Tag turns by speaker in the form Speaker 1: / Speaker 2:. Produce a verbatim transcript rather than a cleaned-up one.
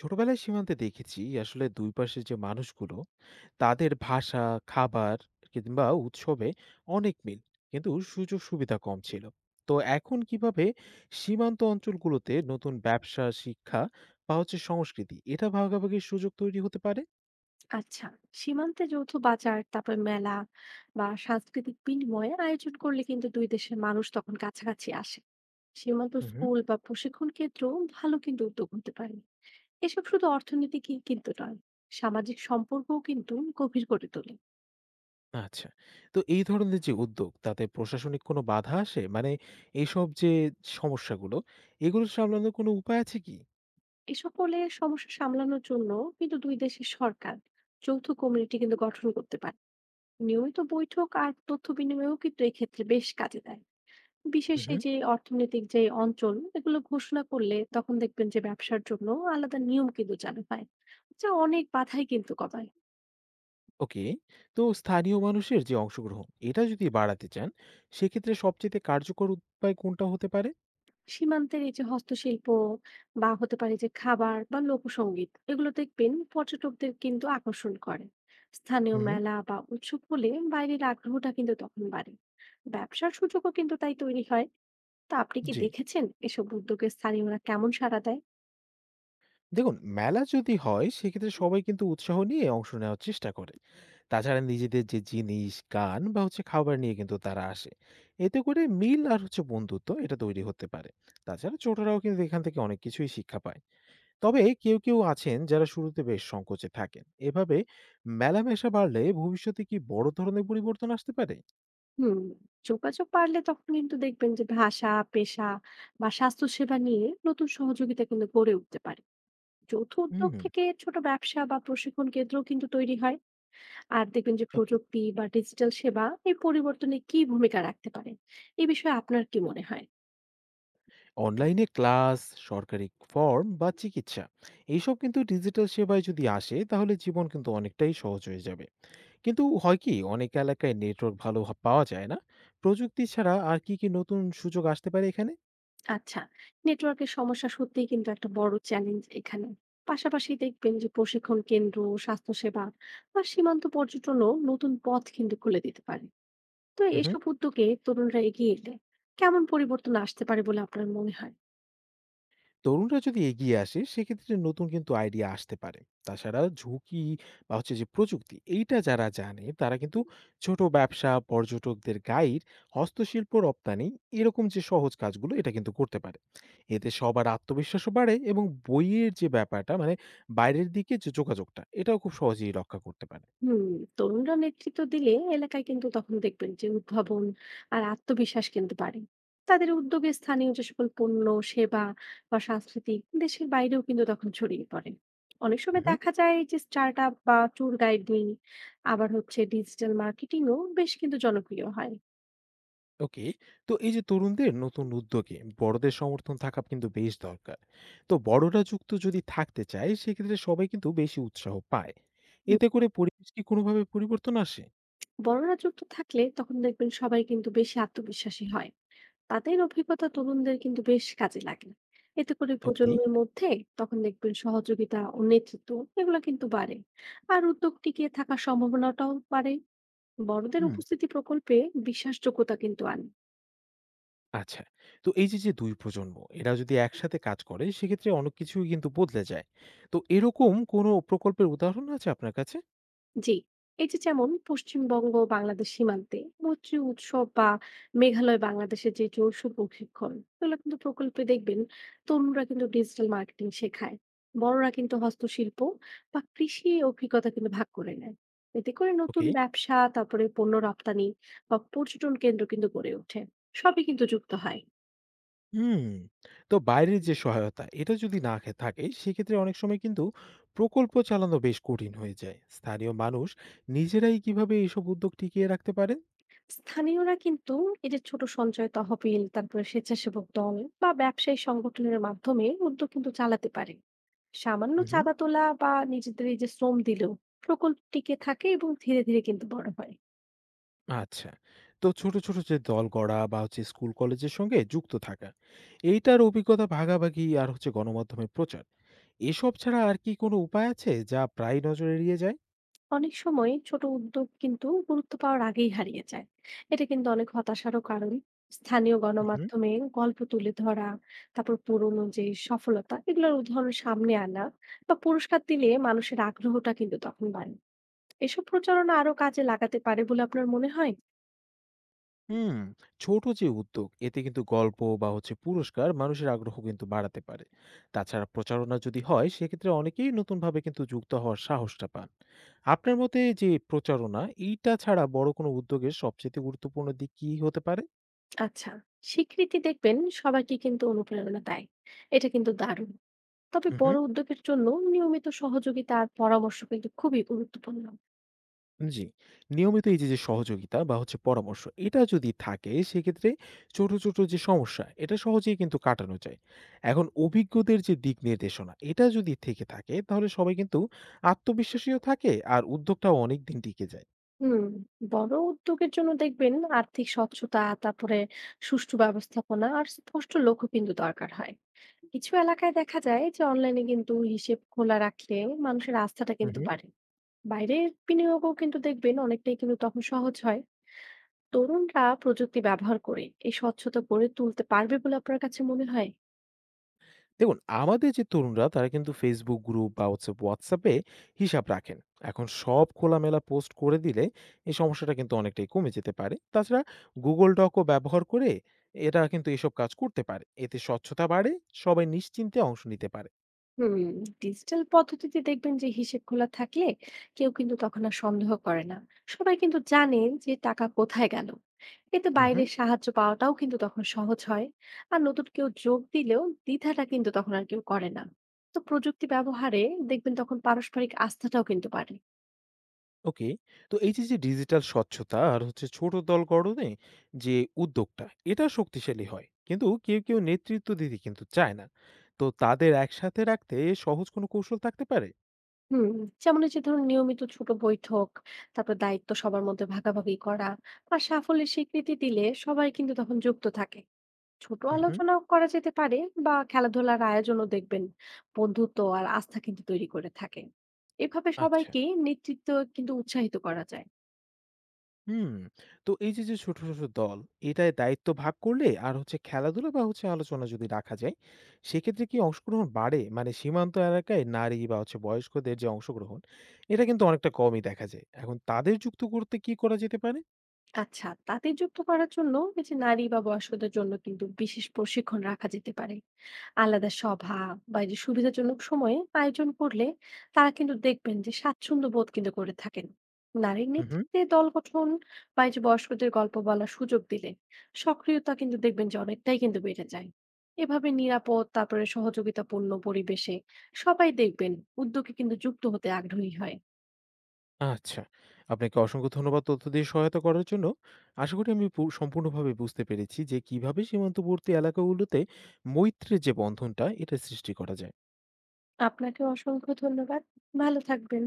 Speaker 1: ছোটবেলায় সীমান্তে দেখেছি আসলে দুই পাশের যে মানুষগুলো তাদের ভাষা, খাবার কিংবা উৎসবে অনেক মিল, কিন্তু সুযোগ সুবিধা কম ছিল। তো এখন কিভাবে সীমান্ত অঞ্চলগুলোতে নতুন ব্যবসা, শিক্ষা বা হচ্ছে সংস্কৃতি, এটা ভাগাভাগির সুযোগ তৈরি হতে পারে?
Speaker 2: আচ্ছা, সীমান্তে যৌথ বাজার, তারপর মেলা বা সাংস্কৃতিক বিনিময়ে আয়োজন করলে কিন্তু দুই দেশের মানুষ তখন কাছাকাছি আসে। সীমান্ত
Speaker 1: হুম।
Speaker 2: স্কুল বা প্রশিক্ষণ কেন্দ্র ভালো কিন্তু উদ্যোগ হতে পারে। এসব শুধু অর্থনীতিকে কিন্তু নয়, সামাজিক সম্পর্কও কিন্তু গভীর করে তোলে।
Speaker 1: আচ্ছা, তো এই ধরনের যে উদ্যোগ তাতে প্রশাসনিক কোনো বাধা আসে মানে এইসব যে সমস্যাগুলো, এগুলো সামলানোর কোনো উপায় আছে কি?
Speaker 2: এসব হলে সমস্যা সামলানোর জন্য কিন্তু দুই দেশের সরকার যৌথ কমিটি কিন্তু গঠন করতে পারে। নিয়মিত বৈঠক আর তথ্য বিনিময়ও কিন্তু এক্ষেত্রে বেশ কাজে দেয়। বিশেষ এই
Speaker 1: হুম।
Speaker 2: যে অর্থনৈতিক যে অঞ্চল, এগুলো ঘোষণা করলে তখন দেখবেন যে ব্যবসার জন্য আলাদা নিয়ম কিন্তু চালু হয়, যা অনেক বাধাই কিন্তু কমায়।
Speaker 1: ওকে, তো স্থানীয় মানুষের যে অংশগ্রহণ এটা যদি বাড়াতে চান, সেক্ষেত্রে সবচেয়ে কার্যকর উপায় কোনটা হতে পারে?
Speaker 2: সীমান্তের এই যে হস্তশিল্প বা হতে পারে যে খাবার বা লোকসঙ্গীত, এগুলো দেখবেন পর্যটকদের কিন্তু আকর্ষণ করে। স্থানীয়
Speaker 1: হুম।
Speaker 2: মেলা বা উৎসব হলে বাইরের আগ্রহটা কিন্তু তখন বাড়ে। ব্যবসার সুযোগও কিন্তু তাই তৈরি হয়। তা আপনি কি
Speaker 1: জি,
Speaker 2: দেখেছেন এসব উদ্যোগে স্থানীয়রা কেমন সাড়া দেয়?
Speaker 1: দেখুন মেলা যদি হয় সেক্ষেত্রে সবাই কিন্তু উৎসাহ নিয়ে অংশ নেওয়ার চেষ্টা করে। তাছাড়া নিজেদের যে জিনিস, গান বা হচ্ছে খাবার নিয়ে কিন্তু তারা আসে। এতে করে মিল আর হচ্ছে বন্ধুত্ব, এটা তৈরি হতে পারে। তাছাড়া ছোটরাও কিন্তু এখান থেকে অনেক কিছুই শিক্ষা পায়। তবে কেউ কেউ আছেন যারা শুরুতে বেশ সংকোচে থাকেন। এভাবে মেলামেশা বাড়লে ভবিষ্যতে কি বড় ধরনের পরিবর্তন আসতে পারে?
Speaker 2: হুম। যোগাযোগ বাড়লে তখন কিন্তু দেখবেন যে ভাষা, পেশা বা স্বাস্থ্যসেবা নিয়ে নতুন সহযোগিতা কিন্তু গড়ে উঠতে পারে। যৌথ উদ্যোগ
Speaker 1: হুম,
Speaker 2: থেকে ছোট ব্যবসা বা প্রশিক্ষণ কেন্দ্র কিন্তু তৈরি হয়। আর দেখবেন যে
Speaker 1: ওকে।
Speaker 2: প্রযুক্তি বা ডিজিটাল সেবা এই পরিবর্তনে কি ভূমিকা রাখতে পারে, এই বিষয়ে আপনার কি মনে হয়?
Speaker 1: অনলাইনে ক্লাস, সরকারি ফর্ম বা চিকিৎসা, এইসব কিন্তু ডিজিটাল সেবায় যদি আসে তাহলে জীবন কিন্তু অনেকটাই সহজ হয়ে যাবে। কিন্তু হয় কি অনেক এলাকায় নেটওয়ার্ক ভালো হ পাওয়া যায় না। প্রযুক্তি ছাড়া আর কি, কি নতুন সুযোগ আসতে পারে এখানে?
Speaker 2: আচ্ছা, নেটওয়ার্কের সমস্যা সত্যিই কিন্তু একটা বড় চ্যালেঞ্জ এখানে। পাশাপাশি দেখবেন যে প্রশিক্ষণ কেন্দ্র, স্বাস্থ্যসেবা বা সীমান্ত পর্যটনও নতুন পথ কিন্তু খুলে দিতে পারে। তো
Speaker 1: উহু।
Speaker 2: এসব উদ্যোগে তরুণরা এগিয়ে এলে কেমন পরিবর্তন আসতে পারে বলে আপনার মনে হয়?
Speaker 1: তরুণরা যদি এগিয়ে আসে সেক্ষেত্রে নতুন কিন্তু আইডিয়া আসতে পারে। তাছাড়া ঝুঁকি বা হচ্ছে যে প্রযুক্তি এইটা যারা জানে তারা কিন্তু ছোট ব্যবসা, পর্যটকদের গাইড, হস্তশিল্প রপ্তানি, এরকম যে সহজ কাজগুলো এটা কিন্তু করতে পারে। এতে সবার আত্মবিশ্বাসও বাড়ে, এবং বইয়ের যে ব্যাপারটা মানে বাইরের দিকে যে যোগাযোগটা এটাও খুব সহজেই রক্ষা করতে পারে।
Speaker 2: হুম। তরুণরা নেতৃত্ব দিলে এলাকায় কিন্তু তখন দেখবেন যে উদ্ভাবন আর আত্মবিশ্বাস কিন্তু বাড়ে। তাদের উদ্যোগে স্থানীয় যে সকল পণ্য, সেবা বা সাংস্কৃতিক দেশের বাইরেও কিন্তু তখন ছড়িয়ে পড়ে। অনেক সময়
Speaker 1: হুম।
Speaker 2: দেখা যায় যে স্টার্ট আপ বা ট্যুর গাইডিং আবার হচ্ছে ডিজিটাল মার্কেটিংও বেশ কিন্তু জনপ্রিয় হয়।
Speaker 1: ওকে, তো এই যে তরুণদের নতুন উদ্যোগে বড়দের সমর্থন থাকা কিন্তু বেশ দরকার। তো বড়রা যুক্ত যদি থাকতে চায় সেক্ষেত্রে সবাই কিন্তু বেশি উৎসাহ পায়।
Speaker 2: হুম,
Speaker 1: এতে করে পরিবেশ কি কোনোভাবে পরিবর্তন আসে?
Speaker 2: বড়রা যুক্ত থাকলে তখন দেখবেন সবাই কিন্তু বেশি আত্মবিশ্বাসী হয়। তাদের অভিজ্ঞতা তরুণদের কিন্তু বেশ কাজে লাগে। এতে করে
Speaker 1: ওকে।
Speaker 2: প্রজন্মের মধ্যে তখন দেখবেন সহযোগিতা ও নেতৃত্ব, এগুলো কিন্তু বাড়ে। আর উদ্যোগ টিকিয়ে থাকার সম্ভাবনাটাও বাড়ে। বড়দের
Speaker 1: হুম।
Speaker 2: উপস্থিতি প্রকল্পে বিশ্বাসযোগ্যতা কিন্তু আনে।
Speaker 1: আচ্ছা, তো এই যে যে দুই প্রজন্ম এরা যদি একসাথে কাজ করে সেক্ষেত্রে অনেক কিছুই কিন্তু বদলে যায়। তো এরকম কোনো প্রকল্পের উদাহরণ আছে আপনার কাছে?
Speaker 2: জি, এই যে যেমন পশ্চিমবঙ্গ বাংলাদেশ সীমান্তে মৈত্রী উৎসব বা মেঘালয় বাংলাদেশের যে যৌথ প্রশিক্ষণ, এগুলো কিন্তু প্রকল্পে দেখবেন তরুণরা কিন্তু ডিজিটাল মার্কেটিং শেখায়, বড়রা কিন্তু হস্তশিল্প বা কৃষি অভিজ্ঞতা কিন্তু ভাগ করে নেয়। এতে করে নতুন
Speaker 1: ওকে।
Speaker 2: ব্যবসা, তারপরে পণ্য রপ্তানি বা পর্যটন কেন্দ্র কিন্তু গড়ে ওঠে। সবই কিন্তু যুক্ত হয়।
Speaker 1: হুম, তো বাইরের যে সহায়তা এটা যদি না খে- থাকে সেক্ষেত্রে অনেক সময় কিন্তু প্রকল্প চালানো বেশ কঠিন হয়ে যায়। স্থানীয় মানুষ নিজেরাই কিভাবে এইসব উদ্যোগ টিকিয়ে রাখতে পারেন?
Speaker 2: স্থানীয়রা কিন্তু এই যে ছোট সঞ্চয় তহবিল, তারপরে স্বেচ্ছাসেবক দল বা ব্যবসায়ী সংগঠনের মাধ্যমে উদ্যোগ কিন্তু চালাতে পারে। সামান্য
Speaker 1: হুম।
Speaker 2: চাঁদা তোলা বা নিজেদের এই যে শ্রম দিলেও প্রকল্প টিকে থাকে এবং ধীরে ধীরে কিন্তু বড় হয়।
Speaker 1: আচ্ছা, তো ছোট ছোট যে দল গড়া বা হচ্ছে স্কুল কলেজের সঙ্গে যুক্ত থাকা, এইটার অভিজ্ঞতা ভাগাভাগি আর হচ্ছে গণমাধ্যমে প্রচার, এসব ছাড়া আর কি কোনো উপায় আছে যা প্রায় নজর এড়িয়ে যায়?
Speaker 2: অনেক সময় ছোট উদ্যোগ কিন্তু গুরুত্ব পাওয়ার আগেই হারিয়ে যায়। এটা কিন্তু অনেক হতাশারও কারণ। স্থানীয় গণমাধ্যমে গল্প তুলে ধরা, তারপর পুরনো যে সফলতা, এগুলোর উদাহরণ সামনে আনা বা পুরস্কার দিলে মানুষের আগ্রহটা কিন্তু তখন বাড়ে। এসব প্রচারণা আরো কাজে লাগাতে পারে বলে আপনার মনে হয়?
Speaker 1: হুম। ছোট যে উদ্যোগ এতে কিন্তু গল্প বা হচ্ছে পুরস্কার মানুষের আগ্রহ কিন্তু বাড়াতে পারে। তাছাড়া প্রচারণা যদি হয় সেক্ষেত্রে অনেকেই নতুনভাবে কিন্তু যুক্ত হওয়ার সাহসটা পান। আপনার মতে যে প্রচারণা এইটা ছাড়া বড় কোনো উদ্যোগের সবচেয়ে গুরুত্বপূর্ণ দিক কি হতে পারে?
Speaker 2: আচ্ছা, স্বীকৃতি দেখবেন সবাইকে কিন্তু অনুপ্রেরণা দেয়। এটা কিন্তু দারুণ। তবে
Speaker 1: হুম।
Speaker 2: বড় উদ্যোগের জন্য নিয়মিত সহযোগিতা আর পরামর্শ কিন্তু খুবই গুরুত্বপূর্ণ।
Speaker 1: জি। নিয়মিত এই যে, যে, সহযোগিতা বা হচ্ছে পরামর্শ এটা যদি থাকে সেক্ষেত্রে ছোট, ছোট, যে, সমস্যা এটা সহজেই কিন্তু কাটানো যায়। এখন অভিজ্ঞদের যে, দিক নির্দেশনা এটা যদি থেকে থাকে তাহলে সবাই কিন্তু আত্মবিশ্বাসীও থাকে, আর উদ্যোগটাও অনেকদিন টিকে যায়।
Speaker 2: হুম, বড় উদ্যোগের জন্য দেখবেন আর্থিক স্বচ্ছতা, তারপরে সুষ্ঠু ব্যবস্থাপনা আর স্পষ্ট লক্ষ্য কিন্তু দরকার হয়। কিছু এলাকায় দেখা যায় যে অনলাইনে কিন্তু হিসেব খোলা রাখলে মানুষের আস্থাটা
Speaker 1: হু,
Speaker 2: কিন্তু
Speaker 1: হু।
Speaker 2: বাড়ে। বাইরের বিনিয়োগও কিন্তু দেখবেন অনেকটাই কিন্তু তখন সহজ হয়। তরুণরা প্রযুক্তি ব্যবহার করে এই স্বচ্ছতা গড়ে তুলতে পারবে বলে আপনার কাছে মনে হয়?
Speaker 1: দেখুন আমাদের যে তরুণরা তারা কিন্তু ফেসবুক গ্রুপ বা হচ্ছে হোয়াটসঅ্যাপে হিসাব রাখেন। এখন সব খোলামেলা পোস্ট করে দিলে এই সমস্যাটা কিন্তু অনেকটাই কমে যেতে পারে। তাছাড়া গুগল ডকও ব্যবহার করে, এটা কিন্তু এসব কাজ করতে পারে। এতে স্বচ্ছতা বাড়ে, সবাই নিশ্চিন্তে অংশ নিতে পারে।
Speaker 2: হুম। ডিজিটাল পদ্ধতিতে দেখবেন যে হিসেব খোলা থাকলে কেউ কিন্তু তখন আর সন্দেহ করে না। সবাই কিন্তু জানেন যে টাকা কোথায় গেল। এতে
Speaker 1: হুম।
Speaker 2: বাইরের সাহায্য পাওয়াটাও কিন্তু তখন সহজ হয়। আর নতুন কেউ যোগ দিলেও দ্বিধাটা কিন্তু তখন আর কেউ করে না। তো প্রযুক্তি ব্যবহারে দেখবেন তখন পারস্পরিক আস্থাটাও কিন্তু বাড়ে।
Speaker 1: ওকে, তো এই যে যে ডিজিটাল স্বচ্ছতা আর হচ্ছে ছোট দল গঠনে যে উদ্যোগটা এটা শক্তিশালী হয়, কিন্তু কেউ কেউ নেতৃত্ব দিতে কিন্তু চায় না। তো তাদের একসাথে রাখতে সহজ কোনো কৌশল থাকতে পারে?
Speaker 2: হুম, যেমন এই যে ধরুন নিয়মিত ছোট বৈঠক, তারপর দায়িত্ব সবার মধ্যে ভাগাভাগি করা আর সাফল্যের স্বীকৃতি দিলে সবাই কিন্তু তখন যুক্ত থাকে। ছোট
Speaker 1: হুম।
Speaker 2: আলোচনাও করা যেতে পারে বা খেলাধুলার আয়োজনও দেখবেন বন্ধুত্ব আর আস্থা কিন্তু তৈরি করে থাকে। এভাবে
Speaker 1: আচ্ছা।
Speaker 2: সবাইকে নেতৃত্ব কিন্তু উৎসাহিত করা যায়।
Speaker 1: হুম। তো এই যে, যে ছোট, ছোট দল, এটায় দায়িত্ব ভাগ করলে আর হচ্ছে খেলাধুলা বা হচ্ছে আলোচনা যদি রাখা যায়, সেক্ষেত্রে কি অংশগ্রহণ বাড়ে? মানে সীমান্ত এলাকায় নারী বা হচ্ছে বয়স্কদের যে অংশগ্রহণ, এটা কিন্তু অনেকটা কমই দেখা যায়। এখন তাদের যুক্ত করতে কি করা যেতে পারে?
Speaker 2: আচ্ছা, তাদের যুক্ত করার জন্য এই যে নারী বা বয়স্কদের জন্য কিন্তু বিশেষ প্রশিক্ষণ রাখা যেতে পারে। আলাদা সভা বা এই যে সুবিধাজনক সময়ে আয়োজন করলে তারা কিন্তু দেখবেন যে স্বাচ্ছন্দ্য বোধ কিন্তু করে থাকেন। নারীর
Speaker 1: হু, হুম।
Speaker 2: নেতৃত্বে দল গঠন বা এই যে বয়স্কদের গল্প বলার সুযোগ দিলে সক্রিয়তা কিন্তু দেখবেন যে অনেকটাই কিন্তু বেড়ে যায়। এভাবে নিরাপদ, তারপরে সহযোগিতাপূর্ণ পরিবেশে সবাই দেখবেন উদ্যোগে কিন্তু যুক্ত হতে আগ্রহী হয়।
Speaker 1: আচ্ছা। আপনাকে অসংখ্য ধন্যবাদ তথ্য দিয়ে সহায়তা করার জন্য। আশা করি আমি পু সম্পূর্ণভাবে বুঝতে পেরেছি যে, কিভাবে সীমান্তবর্তী এলাকাগুলোতে মৈত্রীর যে বন্ধনটা, এটা সৃষ্টি করা যায়।
Speaker 2: আপনাকে অসংখ্য ধন্যবাদ। ভালো থাকবেন।